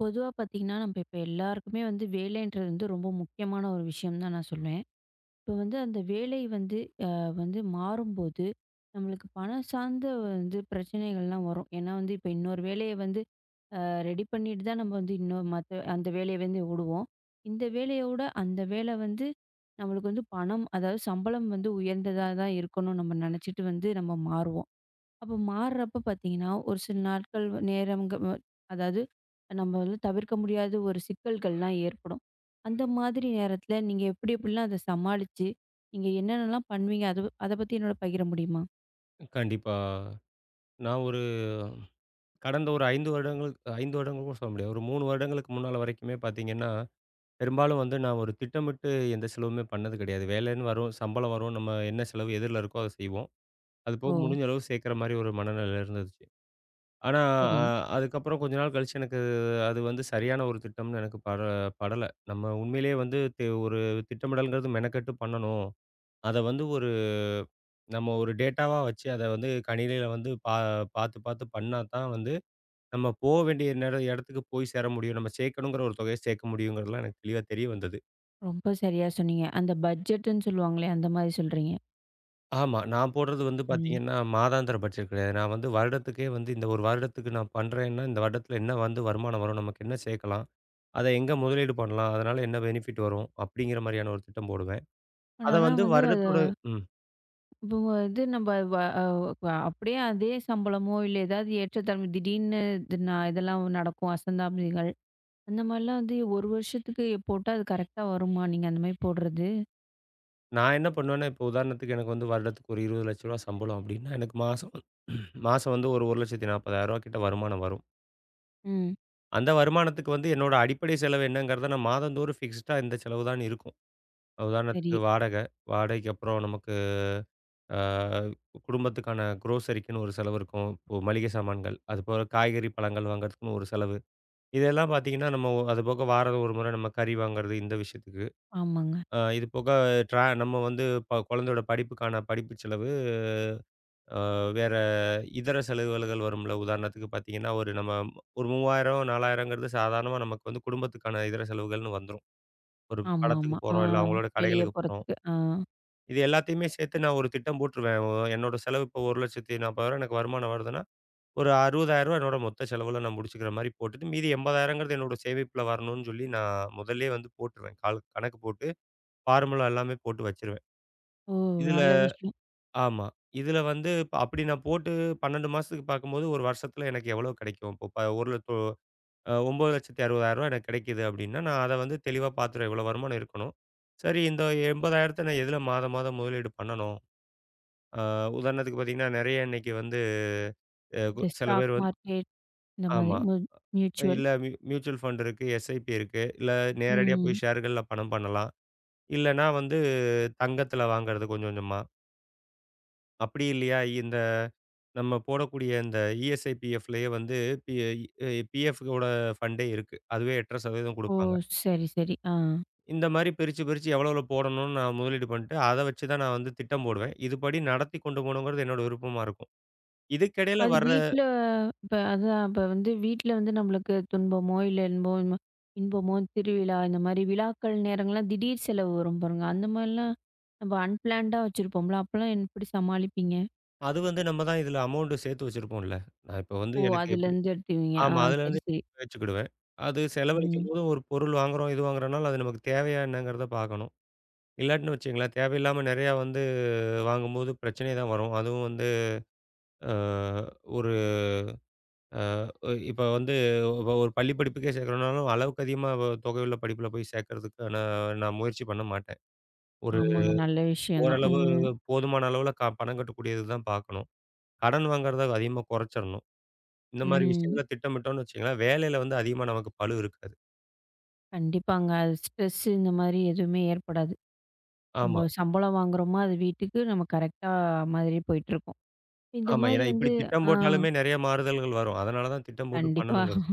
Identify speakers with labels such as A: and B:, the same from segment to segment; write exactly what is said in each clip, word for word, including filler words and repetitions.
A: பொதுவா பார்த்தீங்கன்னா, நம்ம இப்ப எல்லாருக்குமே வந்து வேலைன்றது வந்து ரொம்ப முக்கியமான ஒரு விஷயம் தான் நான் சொல்லுவேன். இப்போ வந்து அந்த வேலை வந்து அ வந்து மாறும்போது, நம்மளுக்கு பணம் சார்ந்த வந்து பிரச்சனைகள்லாம் வரும். ஏன்னா வந்து இப்ப இன்னொரு வேலைய வந்து அ ரெடி பண்ணிட்டு தான் நம்ம வந்து இன்னும் மத்த அந்த வேலைய வந்து விடுவோம். இந்த வேலையோட அந்த வேலை வந்து நம்மளுக்கு வந்து பணம், அதாவது சம்பளம் வந்து உயர்ந்ததா தான் இருக்கணும் நம்ம நினச்சிட்டு வந்து நம்ம மாறுவோம். அப்ப மாறுறப்ப பார்த்தீங்கன்னா, ஒரு சில நாட்கள் நேரம்ங்க வ அதாவது நம்ம வந்து தவிர்க்க முடியாத ஒரு சிக்கல்கள்லாம் ஏற்படும். அந்த மாதிரி நேரத்தில நீங்க எப்படி எப்படிலாம் அத சமாளிச்சு, நீங்க என்னென்னலாம் பண்ணுவீங்க? அது அத பத்தி என்னோட பகிர முடியுமா?
B: கண்டிப்பா. நான் ஒரு கடந்த ஒரு ஐந்து வருடங்கள் ஐந்து வருடங்கள் கூட சொல்ல முடியாது. ஒரு மூன்று வருடங்களுக்கு முன்னால வரைக்குமே பார்த்தீங்கன்னா, பெரும்பாலும் வந்து நான் ஒரு திட்டமிட்டு எந்த செலவுமே பண்ணது கிடையாது. வேலைன்னு வரும், சம்பளம் வரும், நம்ம என்ன செலவு எதிர்ல இருக்கோ அத செய்வோம். அது போக
A: ஓ!
B: முடிஞ்ச அளவு சேர்க்கிற மாரி ஒரு மனநிலை இருந்துச்சு. ஆனா,
A: சரி.
B: அ அதுக்கப்புறம் கொஞ்ச நாள் கழிச்சு எனக்கு அது வந்து சரியான ஒரு திட்டம்னு எனக்கு பட படல. நம்ம உண்மையிலேயே வந்து தி ஒரு திட்டமிடல்ங்கிறது மெனக்கெட்டு பண்ணணும். அத வந்து ஒரு நம்ம ஒரு டேட்டாவா வச்சு அத வந்து கணினியில வந்து பா பார்த்து, பார்த்து பண்ணா தான் வந்து, நம்ம போ வேண்டிய நெட இடத்துக்கு போய் சேர முடியும். நம்ம சேர்க்கணுங்கிற ஒரு தொகைய சேர்க்க முடியுங்கிறதுலாம் எனக்கு தெளிவா தெரிய வந்தது.
A: ரொம்ப சரியா சொன்னீங்க. அந்த பட்ஜெட்டுன்னு சொல்லுவாங்களே, அந்த மாரி சொல்றீங்க.
B: ஆமா. நான் போடுறது வந்து
A: ம்.
B: பார்த்தீங்கன்னா, மாதாந்திர பட்ஜெட் கிடையாது. நான் வந்து வருடத்துக்கே வந்து இந்த ஒரு வருடத்துக்கு நான் பண்றேன்னா, இந்த வருடத்துல என்ன வந்து வருமானம் வரும்? நமக்கு என்ன சேர்க்கலாம்? அத எங்க முதலீடு பண்ணலாம்? அதனால என்ன பெனிஃபிட் வரும்? அப்படிங்கிற மாரியான ஒரு திட்டம் போடுவேன்.
A: பட்
B: அத
A: ஆனா
B: வந்து
A: வந்து அது
B: வருடத்தோட ம்.
A: இப்போ இது நம்ம வ அ அப்படியே அதே சம்பளமோ, இல்ல ஏதாவது ஏற்றத்தாழ்வு திடீர்னு இது நா இதெல்லாம் நடக்கும் அசந்தாப்திகள். அந்த மாரிலாம் வந்து ஒரு வருஷத்துக்கு போட்டா அது கரெக்ட்டா வருமா? நீங்க அந்த மாரி போடுறது?
B: நான் என்ன பண்ணுவேன்னா, இப்போ உதாரணத்துக்கு எனக்கு வந்து வருடத்துக்கு ஒரு ரூ. இருபது லட்சம் சம்பளம் அப்படின்னா, எனக்கு மாசம் மாசம் வந்து ஒரு ரூ. ஒரு லட்சத்து நாற்பதாயிரம் கிட்ட வருமானம் வரும்.
A: ம்.
B: அந்த வருமானத்துக்கு வந்து என்னோட அடிப்படை செலவு என்னங்கிறத நான் மாதந்தோறும் ஃபிக்ஸ்டா இந்த செலவு தான் இருக்கும்.
A: சரி.
B: உதாரணத்துக்கு வாடகை, வாடகைக்கு அப்புறம் நமக்கு ஆ குடும்பத்துக்கான குரோசரிக்குன்னு ஒரு செலவு இருக்கும். இப்போ மளிகை சாமான்கள், அதுபோக காய்கறி, பழங்கள் வாங்குறதுக்குன்னு ஒரு செலவு. இதெல்லாம் பார்த்தீங்கன்னா, நம்ம அதுபோக வாரம் ஒரு முறை நம்ம கறி வாங்குறது இந்த விஷயத்துக்கு.
A: ஆமாங்க.
B: அ இது போக ட்ரா நம்ம வந்து ப குழந்தையோட படிப்புக்கான படிப்பு செலவு. அ வேற இதர செலவுகள் வரும்ல. உதாரணத்துக்கு பார்த்தீங்கன்னா, ஒரு நம்ம ஒரு மூவாயிரம், 4000ங்கிறது சாதாரணமா நமக்கு வந்து குடும்பத்துக்கான இதர செலவுகள்னு வந்துரும். ஒரு படத்துக்கு
A: ஆமாமா. ஆ
B: போறோம், இல்ல அவங்களோட
A: வெளிய
B: கடைகளுக்கு போறோம்.
A: போறதுக்கு. ஆ.
B: இது எல்லாத்தையுமே சேர்த்து நான் ஒரு திட்டம் போட்டுருவேன். ஒ என்னோட செலவு இப்போ ரூ. ஒரு லட்சத்து நாற்பதாயிரம் எனக்கு வருமானம் வருதுன்னா, ஒரு ரூ. அறுபதாயிரம் என்னோட மொத்த செலவுல நான் முடிச்சுக்கிற மாரி போட்டுட்டு, மீதி ரூ. 80,000ங்கிறது என்னோட சேமிப்புல வரணும்னு சொல்லி நான் முதல்லயே வந்து போட்டுருவேன். கால் கணக்கு போட்டு, ஃபார்முலா எல்லாமே போட்டு வச்சுருவேன்.
A: ஓ!
B: இதுல
A: நல்ல விஷயம்.
B: ஆமா. இதுல வந்து இப்ப அப்படி நான் போட்டு பன்னிரண்டு மாசத்துக்கு பார்க்கும்போது, ஒரு வருஷத்துல எனக்கு எவ்வளோ கிடைக்கும்? இப்போ ப ஒரு லட் அ ரூ. ஒன்பது லட்சத்து அறுபதாயிரம் எனக்கு கிடைக்குது அப்படின்னா, நான் அத வந்து தெளிவா பார்த்துருவேன். இவ்வளோ வருமானம் இருக்கணும். சரி இந்த 80,000த்த நான் எதுல மாதா மாதம் முதலீடு பண்ணணும்? அ உதாரணத்துக்கு பார்த்தீங்கன்னா, நெறைய இன்னைக்கு வந்து அ கு
A: இந்த
B: சில
A: ஸ்டாக்
B: பேர் வந்து
A: மார்க்கெட் இந்த மாதிரி
B: ஆமா.
A: மு மியூச்சுவல்.
B: இல்ல மியூ மியூச்சுவல் ஃபண்ட் இருக்கு, எஸ்ஐபி இருக்கு. இல்ல நேரடியா
A: ம்.
B: போய் ஷேர்கள்ல பணம் பண்ணலாம். இல்லன்னா வந்து தங்கத்துல வாங்குறது கொஞ்சம் கொஞ்சமா. அப்படி இல்லையா இந்த நம்ம போடக்கூடிய இந்த இஎஸ்ஐ, பிஎஃப்லயே வந்து பி அ பிஎஃப்கோட ஃபண்டே இருக்கு. அதுவே எட்டு புள்ளி ஐந்து சதவீதம்
A: ஓ!
B: குடுப்பாங்க.
A: சரி, சரி. ஆ.
B: இந்த மாரி பிரிச்சு, பிரிச்சு எவ்வளோ எவ்வளோ போடணும்னு நான் முதலீடு பண்ணிட்டு, அத வச்சு தான் நான் வந்து திட்டம் போடுவேன். இதுபடி நடத்தி கொண்டு போணுங்கிறது என்னோட விருப்பமா இருக்கும். இதுக்கிடையில
A: அது
B: வர்ற
A: வீட்ல இப்ப அதான் இப்ப வந்து வீட்ல வந்து நம்மளுக்கு துன்பமோ, இல்ல இன்பமோ இன்பமோ, இன்பமோ, திருவிழா இந்த மாரி விழாக்கள் நேரங்கள்லாம் திடீர் செலவு வரும் பாருங்க. அந்த மாரிலாம் நம்ம அன்பிளான்டா வச்சிருப்போம்ல. அப்பலாம் என் எப்படி சமாளிப்பீங்க?
B: அது வந்து நம்ம தான் இதுல அமௌண்ட் சேர்த்து வச்சிருப்போம்ல. நான் இப்போ வந்து
A: ஓ!
B: எனக்கு எப்படி
A: அதுலேருந்து எடுத்துக்குவீங்க. ஆ
B: ஆமா.
A: சரி,
B: அதுலேருந்து
A: சரி.
B: வச்சுக்கிடுவேன். அது
A: ம்.
B: செலவழிக்கும்போது ஒரு பொருள் வாங்குறோம், இது வாங்குறோம்னாலும் அது நமக்கு தேவையா என்னங்கிறத பார்க்கணும். இல்லாட்டின்னு வச்சுக்கங்களேன், தேவையில்லாம நெறையா வந்து வாங்கும்போது பிரச்சனை தான் வரும். அதுவும் வந்து அ ஒரு அ இப்போ வந்து ஒ ஒரு பள்ளி படிப்புக்கே சேர்க்கிறோம்னாலும், அளவுக்கு அதிகமா வ தொகை உள்ள படிப்புல போய் சேர்க்கிறதுக்கான நான் நான் முயற்சி பண்ண மாட்டேன். ஒரு
A: ஆமாங்க. நல்ல விஷயம் தான்.
B: ஓரளவு
A: ம்.
B: போதுமான அளவுல க பணம் கட்டக்கூடியது தான் பார்க்கணும். கடன் வாங்குறத அதிகமா குறைச்சிரணும். இந்த மாரி
A: ம்.
B: விஷயங்கள திட்டமிட்டோம்னு வச்சுக்கங்களேன், வேலையில வந்து அதிகமா நமக்கு பளு இருக்காது.
A: கண்டிப்பாங்க. அது ஸ்ட்ரெஸ் இந்த மாரி எதுவுமே ஏற்படாது.
B: ஆமா,
A: நம்ம சம்பளம் வாங்குறோமா, அது வீட்டுக்கு நம்ம கரெக்ட்டா மாதிரி போயிட்டுருக்கும். இந்த
B: ஆமா.
A: மாரி
B: ஏன்னா இப்படி
A: வந்து
B: திட்டம்
A: ஆ
B: போட்டாலுமே நெறைய மாறுதல்கள் வரும். அதனால தான் திட்டம் போட்டு
A: கண்டிப்பா.
B: பண்ணணுங்கிறது.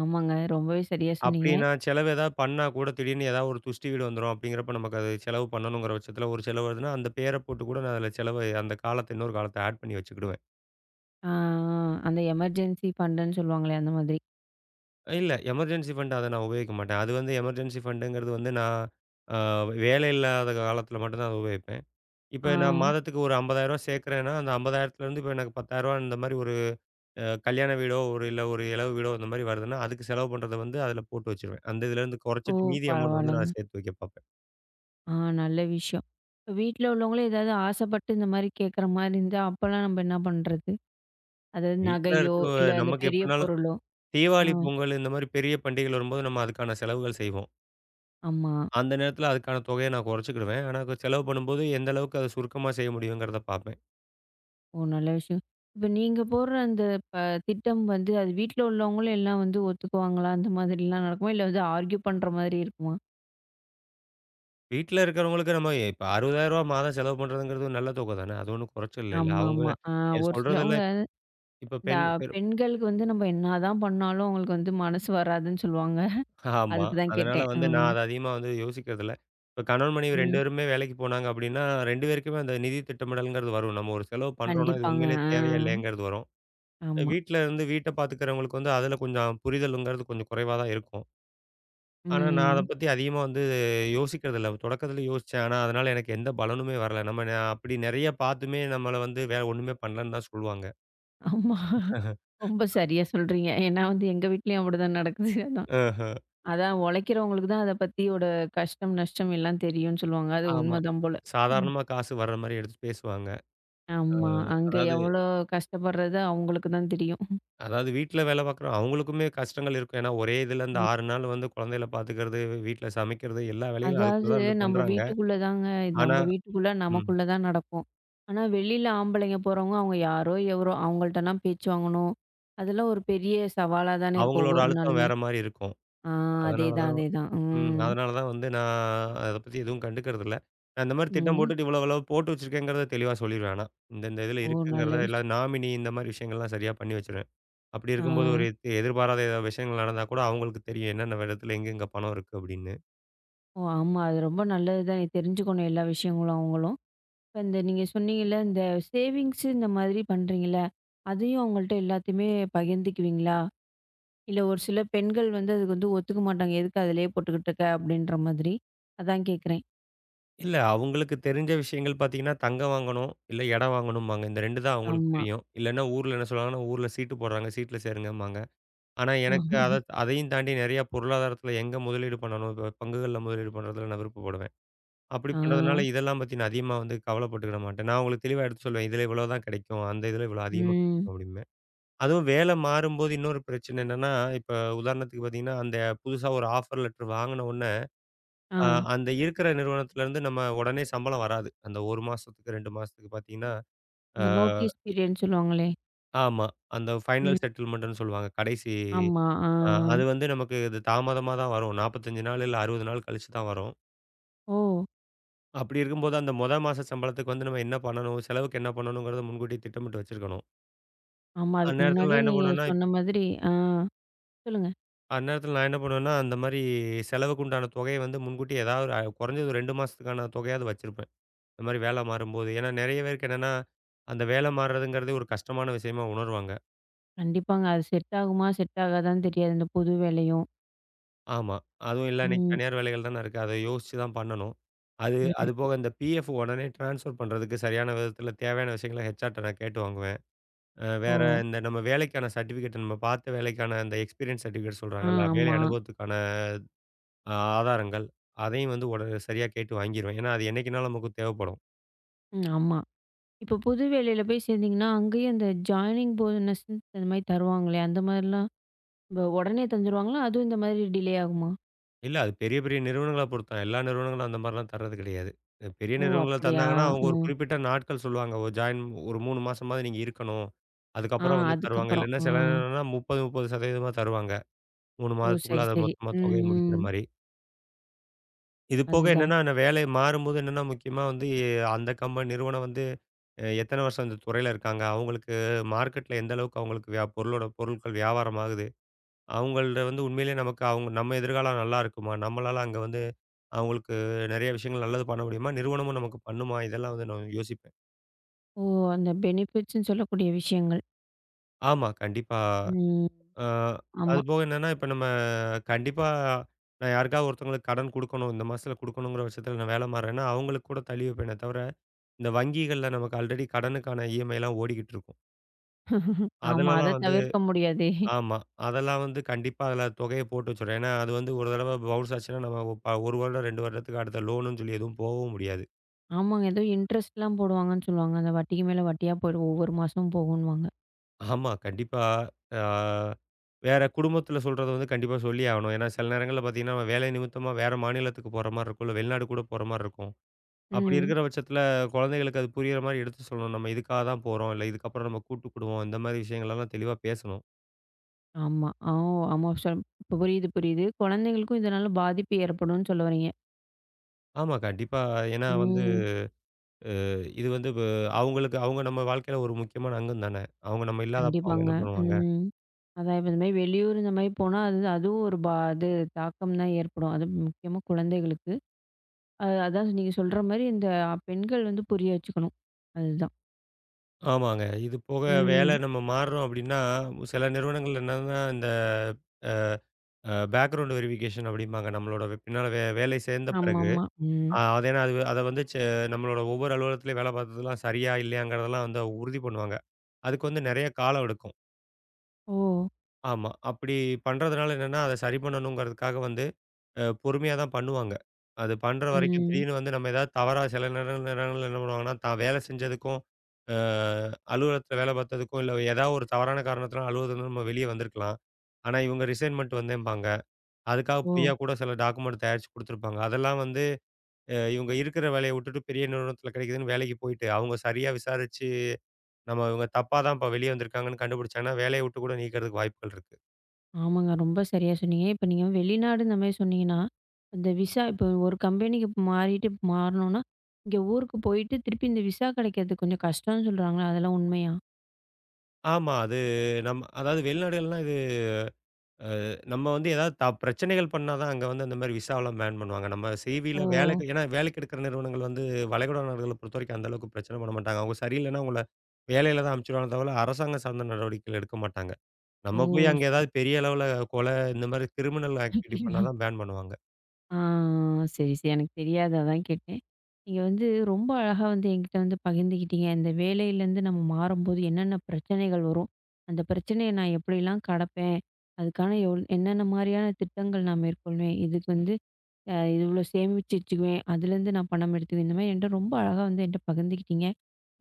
A: ஆமாங்க. ரொம்பவே சரியா
B: அப்படி
A: சொன்னீங்க.
B: நான் செலவு ஏதாவது பண்ணா கூட திடீர்னு ஏதாவது ஒரு துஷ்டி வீடு வந்துரும். அப்படிங்கிறப்ப நமக்கு அது செலவு பண்ணணுங்கிற பட்சத்தில ஒரு செலவு வருதுன்னா, அந்த பேர போட்டு கூட நான் அதில செலவு அந்த காலத்த இன்னொரு காலத்த ஆட் பண்ணி வச்சுக்கிடுவேன்.
A: ஆ அந்த எமர்ஜென்சி ஃபண்டுன்னு சொல்லுவாங்களே அந்த மாதிரி.
B: இல்ல எமர்ஜென்சி ஃபண்ட் அத நான் உபயோகிக்க மாட்டேன். அது வந்து எமர்ஜென்சி ஃபண்டுங்கிறது வந்து நான் அ வேலை இல்லாத காலத்தில மட்டும் தான் அத உபயோகிப்பேன்.
A: ஆ.
B: இப்ப நான் மாதத்துக்கு ஒரு ரூ. ஐம்பதாயிரம் சேர்க்கிறேன்னா, அந்த 50,000த்துலேருந்து இப்ப எனக்கு ரூ. பத்தாயிரம் இந்த மாரி ஒரு அ கல்யாண வீடோ, ஒரு இல்ல ஒரு இலவு வீடோ இந்த மாரி வருதுன்னா, அதுக்கு செலவு பண்றத வந்து அதில போட்டு வச்சுருவேன். அந்த இதுலேருந்து
A: ஓ!
B: குறைச்சிட்டு மீதி அமௌண்ட் வந்து
A: பரவால்லங்க.
B: நான் சேர்த்து வைக்க பார்ப்பேன்.
A: ஆ நல்ல விஷயம். இப்ப வீட்ல உள்ளவங்களே ஏதாவது ஆசைப்பட்டு இந்த மாரி கேட்குற மாரி இருந்தா, அப்பலாம் நம்ம என்ன பண்றது? அதாவது
B: வீட்ல
A: நகையோ,
B: இருக்க
A: இல்ல அந்த
B: நமக்கு
A: பெரிய
B: எப்படினாலும்
A: பொருளோ. ஆ,
B: தீவாளி, பொங்கல் இந்த மாரி பெரிய பண்டிகைகள் வரும்போது நம்ம அதுக்கான செலவுகள் செய்வோம்.
A: ஆமா.
B: அந்த நேரத்தில அதுக்கான தொகைய நான் குறைச்சுக்கிடுவேன். ஆனா க செலவு பண்ணும்போது எந்த அளவுக்கு அத சுருக்கமா செய்ய முடியுங்கிறத பார்ப்பேன்.
A: ஓ! நல்ல விஷயம். இப்ப நீங்க போடுற அந்த ப திட்டம் வந்து, அது வீட்ல உள்ளவங்களும் எல்லாம் வந்து ஒத்துக்குவாங்களா? அந்த மாதிரிலாம் நடக்குமா? இல்ல வந்து ஆர்க்யூ பண்ற மாதிரி இருக்குமா?
B: வீட்ல இருக்கிறவங்களுக்கு நம்ம இப்ப ரூ. அறுபதாயிரம் மாதம் செலவு பண்றதுங்கிறது ஒரு நல்ல தொகை தானே! அது ஒண்ணும் குறைச்சல் இல்லைல்ல. அவங்க
A: ஆமாமா. ஆ
B: எ
A: ஒரு சிலவங்க
B: சொல்றதெல்லாம் இப்ப இப்ப
A: இந்த
B: பெண் பெரும்
A: பெண்களுக்கு வந்து நம்ம என்னாதான் பண்ணாலும் அவங்களுக்கு வந்து மனசு வராதுன்னு சொல்லுவாங்க.
B: ஆமா.
A: அதுக்கு தான்
B: அதனால
A: கேட்டேன். ஆ.
B: வந்து நான் அத அதிகமா வந்து யோசிக்கிறதில்ல. இப்ப கணவன், மனைவி இரண்டு
A: ம்.
B: பேருமே வேலைக்கு போனாங்க அப்டின்னா, இரண்டு பேருக்குமே அந்த நிதி திட்டமிடல்ங்கிறது வரும். நம்ம ஒரு செலவு பண்றோம்னா, இது
A: கண்டிப்பாங்க.
B: உண்மையிலேயே
A: ஆ.
B: தேவையா இல்லையாங்கிறது வரும்.
A: ஆமா.
B: வீட்ல இருந்து வீட்ட பார்த்துக்கிறவங்களுக்கு வந்து அதில கொஞ்சம் புரிதலுங்கிறது கொஞ்சம் குறைவா தான் இருக்கும். ஆனா, நான் அத
A: ம்.
B: பத்தி அதிகமா வந்து யோசிக்கிறதில்ல. தொடக்கத்தில யோசிச்சேன். ஆனா, அதனால எனக்கு எந்த பலனுமே வரல. நம்ம ந அப்படி நெறைய பார்த்துமே நம்மள வந்து வேற ஒண்ணுமே பண்ணலன்னு தான் சொல்லுவாங்க.
A: ஆமா. ரொம்ப சரியா சொல்றீங்க. ஏன்னா வந்து எங்க வீட்லயும் அப்படிதான் நடக்குது. அதான்.
B: ஆஹ.
A: அதான் உழைக்கிறவங்களுக்கு தான் அத பத்தியோட கஷ்டம், நஷ்டம் எல்லாம் தெரியும்னு சொல்லுவாங்க. அது
B: ஆமா.
A: உண்மதான் போல. ம்.
B: சாதாரணமா காசு வர்ற மாரி எடுத்து பேசுவாங்க. ஆ,
A: ஆமா. அங்க
B: அதாவது
A: எவ்வளோ கஷ்டப்படுறது அவங்களுக்கு தான் தெரியும்.
B: அதாவது வீட்ல வேலை பார்க்குறோம். அவங்களுக்குமே கஷ்டங்கள் இருக்கும். ஏன்னா, ஒரே இதுல இந்த
A: ம்.
B: ஆறு நாள் வந்து குழந்தைகள பார்த்துக்கிறது, வீட்ல சமைக்கிறது எல்லா வேலைகளும் அதுக்குள்ள
A: அதாவது
B: தான் இருந்து
A: நம்ம
B: பண்றாங்க.
A: வீட்டுக்குள்ள தாங்க
B: ஆனா
A: நம்ம வீட்டுக்குள்ள
B: ம்.
A: நமக்குள்ள தான் நடக்கும். ஆனா வெளியில ஆம்பளைங்க போறவங்க அவங்க யாரோ, எவரோ அவங்கள்ட்டலாம் பேச்சு வாங்கணும். அதெல்லாம் ஒரு பெரிய சவாலா தானே இருக்கும்
B: அவங்களோட
A: ஒவ்வொரு
B: அழுத்தம்
A: நாளுமே.
B: வேற மாரி இருக்கும்.
A: ஆ
B: அதனால
A: அதேதான்,
B: தான்
A: அதேதான்.
B: ம்.
A: ம்.
B: அதனால தான் வந்து நான் அத பத்தி எதுவும் கண்டுக்கறதில்ல. நான் இந்த மாரி திட்டம்
A: ம்.
B: போட்டுட்டு இவ்வளவு அளவு போட்டு வச்சிருக்கேங்கிறத தெளிவா சொல்லிருவேன் ஆனா. இந்த இந்த இதுல
A: ஓ! நல்ல
B: இருக்குங்கிறத எல்லா
A: விஷயம்.
B: நாமினி இந்த மாரி விஷயங்கள்லாம் சரியா பண்ணி வச்சுருவேன். அப்படி
A: ஆ.
B: இருக்கும்போது ஒரு எ எதிர்பாராத ஏதாவது விஷயங்கள் நடந்தா கூட அவங்களுக்கு தெரியும் என்னென்ன இடத்துல எங்கெங்க பணம் இருக்கு அப்படின்னு.
A: ஓ! ஆமா. அது ரொம்ப நல்லது தான். தெரிஞ்சுக்கணும் எல்லா விஷயங்களும் அவங்களும். இப்ப இந்த நீங்க சொன்னீங்கல்ல, இந்த சேவிங்ஸ் இந்த மாதிரி பண்றீங்கல்ல, அதையும் அவங்கள்ட்ட எல்லாத்தையுமே பகிர்ந்துக்குவீங்களா? இல்ல ஒரு சில பெண்கள் வந்து அதுக்கு வந்து ஒத்துக்க மாட்டாங்க. எதுக்கு அதிலேயே போட்டுக்கிட்டு இருக்க? அப்படின்ற மாதிரி. அதான் கேட்கிறேன்.
B: இல்ல அவங்களுக்கு தெரிஞ்ச விஷயங்கள் பார்த்தீங்கன்னா, தங்கம் வாங்கணும், இல்ல இடம் வாங்கணும்பாங்க. இந்த இரண்டு தான் அவங்களுக்கு
A: ஆமா.
B: தெரியும். இல்லன்னா ஊர்ல என்ன சொல்லுவாங்கன்னா, ஊர்ல சீட்டு போடுறாங்க, சீட்ல சேருங்கம்பாங்க. ஆனா எனக்கு அத அதையும் தாண்டி நெறைய பொருளாதாரத்துல எங்க முதலீடு பண்ணணும், இப்ப பங்குகள்ல முதலீடு பண்றதுல நான் விருப்பப்படுவேன். அப்படி
A: ஆ.
B: பண்றதுனால இதெல்லாம் பத்தி நான் அதிகமா வந்து கவலைப்பட்டுக்கிட மாட்டேன். நான் அவங்களுக்கு தெளிவா எடுத்து சொல்லுவேன். இதில இவ்வளோ தான் கிடைக்கும். அந்த இதில இவ்வளோ அதிகமா
A: ம்.
B: கிடைக்கும் அப்படிம்பேன். அதுவும் வேலை மாறும்போது இன்னொரு பிரச்சனை என்னன்னா, இப்ப உதாரணத்துக்கு பார்த்தீங்கன்னா, அந்த புதுசா ஒரு ஆஃபர் லெட்டர் வாங்குன உடனே,
A: ஆ.
B: அ அந்த இருக்கிற நிறுவனத்திலேருந்து நம்ம உடனே சம்பளம் வராது. அந்த ஒரு மாசத்துக்கு இரண்டு மாசத்துக்கு பார்த்தீங்கன்னா, அ
A: அந்த நோட்டீஸ்
B: இ
A: பீரியட்ன்னு சொல்லுவாங்களே.
B: ஆமா. அந்த ஃபைனல்
A: ம்.
B: செட்டில்மென்ட்ன்னு சொல்லுவாங்க. கடைசி
A: ஆமா. ஆ.
B: அ அது வந்து நமக்கு இது தாமதமா தான் வரும். நாற்பத்தைந்து நாள் இல்ல அறுபது நாள் கழிச்சு தான் வரும்.
A: ஆ. ஓ!
B: அப்படி இருக்கும்போது, அந்த மொத மாச சம்பளத்துக்கு வந்து நம்ம என்ன பண்ணணும்? செலவுக்கு என்ன பண்ணணுங்கிறத முன்கூட்டியே திட்டமிட்டு வச்சிருக்கணும்.
A: ஆமா. அதுக்கு
B: அந்நேரத்தில
A: முன்னாடியே
B: நான் என்ன
A: நீங்க
B: பண்ணுவேன்னா, இப்
A: சொன்ன மாதிரி ஆ. சொல்லுங்க.
B: அந்நேரத்தில நான் என்ன பண்ணுவேன்னா, அந்த மாரி செலவுக்கு உண்டான தொகைய வந்து முன்கூட்டியே ஏதாவது ஒரு அ குறைஞ்சது ஒரு இரண்டு மாசத்துக்கான தொகையாவது வச்சிருப்பேன். இந்த மாரி வேலை மாறும்போது. ஏன்னா நெறைய பேருக்கு என்னன்னா, அந்த வேலை மாறுறதுங்கிறதே ஒரு கஷ்டமான விஷயமா உணருவாங்க.
A: கண்டிப்பாங்க. அது செட் ஆகுமா? செட் ஆகாதான்னு தெரியாது. இந்த புது வேலையும்.
B: ஆமா. அதுவும் இல்ல இன்னைக்கு
A: ம்.
B: தனியார் வேலைகள் தானே இருக்கு. அத யோசிச்சு தான் பண்ணணும். அது
A: ம்.
B: அதுபோக இந்த பிஎஃப் உடனே ட்ரான்ஸ்ஃபர் பண்றதுக்கு சரியான விதத்தில தேவையான விஷயங்கள ஹெச்ஆர்ட்ட நான் கேட்டு வாங்குவேன். அ
A: ஓ!
B: வேற இந்த நம்ம வேலைக்கான சர்டிஃபிகேட் நம்ம பார்த்த வேலைக்கான அந்த எக்ஸ்பீரியன்ஸ் சர்டிஃபிகேட்
A: ஆ.
B: சொல்றாங்கல்ல, வேலை
A: ஆமா.
B: அனுபவத்துக்கான அ ஆதாரங்கள். அதையும் வந்து உட சரியா கேட்டு வாங்கிருவேன். ஏன்னா, அது என்னைக்குனாலும் நமக்கு தேவைப்படும்.
A: ம். ஆமா. இப்போ புது வேலையில போய் சேர்ந்தீங்கன்னா, அங்கேயே அந்த ஜாயினிங் போனஸ்ன்னு அந்த மாரி தருவாங்களே, அந்த மாரிலாம் இப்ப உடனே தந்துருவாங்களா? அதுவும் இந்த மாதிரி டிலே ஆகுமா?
B: இல்ல அது பெரிய பெரிய நிறுவனங்கள பொறுத்து தான். எல்லா நிறுவனங்களும் அந்த மாரிலாம் தர்றது கிடையாது. அ பெரிய
A: ஓ!
B: நிறுவனங்கள
A: அப்படியா?
B: தந்தாங்கன்னா, அவங்க ஒரு
A: ம்.
B: குறிப்பிட்ட நாட்கள் சொல்லுவாங்க. ஒரு ஜாயின் ஒரு மூன்று மாசமாவது நீங்க இருக்கணும்.
A: ஆ
B: அதுக்கப்புறம் வந்து தருவாங்க.
A: அதுக்கப்புறம்.
B: இல்லன்னா
A: ஆ.
B: சில நேரம்லாம் முப்பது, முப்பது சதவீதம் தருவாங்க. மூன்று
A: ஓ! சரி,
B: மாதத்துக்குள்ள அத
A: சரி.
B: மொத்தமா
A: ம்,
B: தொகையை முடிக்கிற
A: ம்.
B: மாரி. இது போக
A: அதுதான்.
B: என்னன்னா, அந்த வேலை மாறும்போது என்னன்னா முக்கியமா வந்து அந்த கம்ப நிறுவனம் வந்து அ எத்தன வருஷம் இந்த துறையில இருக்காங்க? அவங்களுக்கு மார்க்கெட்ல எந்த அளவுக்கு அவங்களுக்கு வியா பொருளோட பொருட்கள் வியாபாரம் ஆகுது? அவங்கள்ட வந்து உண்மையிலேயே நமக்கு அவங்க நம்ம எதிர்காலம் நல்லா இருக்குமா? நம்மளால அங்க வந்து அவங்களுக்கு நெறைய விஷயங்கள் நல்லது பண்ண முடியுமா? நிறுவனமும் நமக்கு பண்ணுமா? இதெல்லாம் வந்து நான் யோசிப்பேன்.
A: ஓ! அந்த பெனிஃபிட்ஸ்ன்னு சொல்லக்கூடிய விஷயங்கள்.
B: ஆமா, கண்டிப்பா.
A: ம்.
B: அ
A: ஆமா,
B: அதுபோக என்னன்னா, இப்ப நம்ம கண்டிப்பா நான் யாருக்காவது ஒருத்தவங்களுக்கு கடன் குடுக்கணும். இந்த மாசத்துல குடுக்கணுங்கிற பட்சத்துல நான் வேல மாறுறேன்னா, அவங்களுக்கு கூட தள்ளி வைப்பேனே தவிர, இந்த வங்கிகள்ல நமக்கு ஆல்ரெடி கடனுக்கான இஎம்ஐலாம் ஓடிக்கிட்டு இருக்கும்.
A: ஆமா.
B: அதுலலாம்
A: அத
B: வந்து
A: தவிர்க்க முடியாதே.
B: ஆமா. அதெல்லாம் வந்து கண்டிப்பா அதுல தொகைய போட்டு வச்சுருவேன். ஏன்னா, அது வந்து ஒரு தடவ பவுன்ஸ் ஆச்சுன்னா, நம்ம ஒ ப ஒரு வருடம், இரண்டு வருடத்துக்கு அடுத்த லோனுன்னு சொல்லி எதுவும் போவும் முடியாது.
A: ஆமாங்க. ஏதோ இன்ட்ரெஸ்ட்லாம் போடுவாங்கன்னு சொல்லுவாங்க. அந்த வட்டிக்கு மேல வட்டியா போயிடும். ஒவ்வொரு மாசமும் போகுன்னுவாங்க.
B: ஆமா, கண்டிப்பா. ஆ வேற குடும்பத்தில சொல்றத வந்து கண்டிப்பா சொல்லியே ஆகணும். ஏன்னா, சில நேரங்கள்ல பார்த்தீங்கன்னா, நம்ம வேலை நிமித்தமா வேற மாநிலத்துக்கு போற மாரி இருக்கும். இல்ல வெளிநாடு கூட போற மாரி இருக்கும். அப்படி
A: ம்.
B: இருக்கிற பட்சத்தில குழந்தைகளுக்கு அது புரியிற மாரி எடுத்து சொல்லணும். நம்ம இதுக்காக தான் போறோம். இல்ல இதுக்கப்புறம் நம்ம கூட்டு குடும்பம். இந்த மாரி விஷயங்களெல்லாம் தெளிவா பேசணும்.
A: ஆமா. ஆ ஓ! ஆமா. சொல் இப்ப புரியுது, புரியுது. குழந்தைகளுக்கும் இதனால பாதிப்பு ஏற்படும்னு சொல்ல வர்றீங்க.
B: ஆமா, கண்டிப்பா. ஏன்னா வந்து
A: ம்.
B: இது வந்து ப அவங்களுக்கு அவங்க நம்ம வாழ்க்கையில ஒரு முக்கியமான அங்கம் தானே! அவங்க நம்ம இல்லாதப்போ அவங்க
A: கண்டிப்பாங்க.
B: என்ன பண்ணுவாங்க?
A: ம். அதான் இப்ப இந்த மாரி வெளியூர் இந்த மாரி போனா, அது அதுவும் ஒரு பா இது தாக்கம் தான் ஏற்படும். அது முக்கியமா குழந்தைகளுக்கு. அது அதான் நீங்க சொல்ற மாரி இந்த பெண்கள் வந்து புரிய வச்சுக்கணும். அதுதான்.
B: ஆமாங்க. இது போக வேலை
A: ம்.
B: நம்ம மாறுறோம் அப்டின்னா, சில நிறுவனங்கள் என்னன்னா இந்த அ அ பேக்கிரவுண்ட் வெரிஃபிகேஷன் அப்டிம்பாங்க. நம்மளோட வே- பின்னால வே வேலை சேர்ந்த பிறகு,
A: ஆமாமா. ம்.
B: அ அது ஏன்னா அது அத வந்து செ நம்மளோட ஒவ்வொரு அலுவலகத்திலயும் வேலை பார்த்ததெல்லாம் சரியா, இல்லையாங்கிறதெல்லாம் வந்து உறுதி பண்ணுவாங்க. அதுக்கு வந்து நெறைய காலம் எடுக்கும்.
A: ஓ!
B: ஆமா. அப்டி பண்றதுனால என்னன்னா, அத சரி பண்ணணுங்கிறதுக்காக வந்து அ பொறுமையா தான் பண்ணுவாங்க. அது பண்ற வரைக்கும்
A: ம்.
B: திடீர்னு வந்து நம்ம ஏதாவது தவறா சில நேரங்கள் நேரங்கள்ல என்ன பண்ணுவாங்கன்னா, தான் வேலை செஞ்சதுக்கும், அ அலுவலகத்தில வேலை பார்த்ததுக்கும், இல்ல ஏதாவது ஒரு தவறான காரணத்தினால அலுவலகத்திலருந்து நம்ம வெளிய வந்திருக்கலாம். ஆனா இவங்க ரிசைன்மென்ட் வந்தேன்பாங்க. அதுக்காக
A: ஓ!
B: பொய்யா கூட சில டாக்குமெண்ட் தயாரிச்சு குடுத்துருப்பாங்க. அதெல்லாம் வந்து அ இவங்க இருக்கிற வேலைய விட்டுட்டு பெரிய நிறுவனத்தில கிடைக்குதுன்னு வேலைக்கு போயிட்டு, அவங்க சரியா விசாரிச்சு, நம்ம இவங்க தப்பா தான் இப்ப வெளிய வந்திருக்காங்கன்னு கண்டுபிடிச்சாங்கன்னா, வேலைய விட்டு கூட நீக்கிறதுக்கு வாய்ப்புகள் இருக்கு.
A: ஆமாங்க. ரொம்ப சரியா சொன்னீங்க. இப்ப நீங்க வெளிநாடு இந்த மாரி சொன்னீங்கன்னா, அந்த விசா இப்போ ஒரு கம்பெனிக்கு மாறிட்டு மாறணும்னா, இங்க ஊருக்கு போயிட்டு திருப்பி இந்த விசா கிடைக்கிறது கொஞ்சம் கஷ்டம்னு சொல்றாங்களே, அதெல்லாம் உண்மையா?
B: ஆமா. அது நம்ம அதாவது வெளிநாடுகள்லாம் இது அ நம்ம வந்து ஏதாவது த பிரச்சனைகள் பண்ணா தான் அங்க வந்து அந்த மாரி விசாவெல்லாம் பேன் பண்ணுவாங்க. நம்ம சிவில
A: ஓ!
B: வேலைக்கு ஏன்னா வேலைக்கு எடுக்கிற நிறுவனங்கள் வந்து வளைகுடா நாடுகள பொறுத்தவரைக்கும் அந்த அளவுக்கு பிரச்சனை பண்ண மாட்டாங்க. அவங்க சரியில்லன்னா உங்கள வேலையில தான் அனுப்பிச்சுடுவாங்க தவிர அரசாங்கம் சார்ந்த நடவடிக்கைகள் எடுக்க மாட்டாங்க.
A: ஓ!
B: நம்ம போய் அங்க
A: சரி.
B: ஏதாவது பெரிய அளவுல கொலை இந்த மாரி கிரிமினல் ஆக்டிவிட்டி பண்ணா
A: அய்யய்யோ!
B: தான் பேன் பண்ணுவாங்க.
A: ஆ, சரி, சரி. எனக்கு தெரியாது. அதான் கேட்டேன். நீங்க வந்து ரொம்ப அழகா வந்து என்கிட்ட வந்து பகிர்ந்துக்கிட்டீங்க. இந்த வேலையிலேருந்து நம்ம மாறும்போது என்னென்ன பிரச்சனைகள் வரும்? அந்த பிரச்சனைய நான் எப்படிலாம் கடப்பேன்? அதுக்கான எவ் என்னென்ன மாரியான திட்டங்கள் நான் மேற்கொள்வேன்? இதுக்கு வந்து அ இவ்வளோ சேமிச்சு வச்சுக்குவேன். அதுலேருந்து நான் பணம் எடுத்துக்குவேன். இந்த மாதிரி என்கிட்ட ரொம்ப அழகா வந்து என்கிட்ட பகிர்ந்துக்கிட்டீங்க.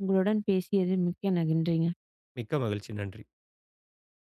A: உங்களுடன் பேசியது மிக்க நகின்றீங்க.
B: மிக்க மகிழ்ச்சி. நன்றி.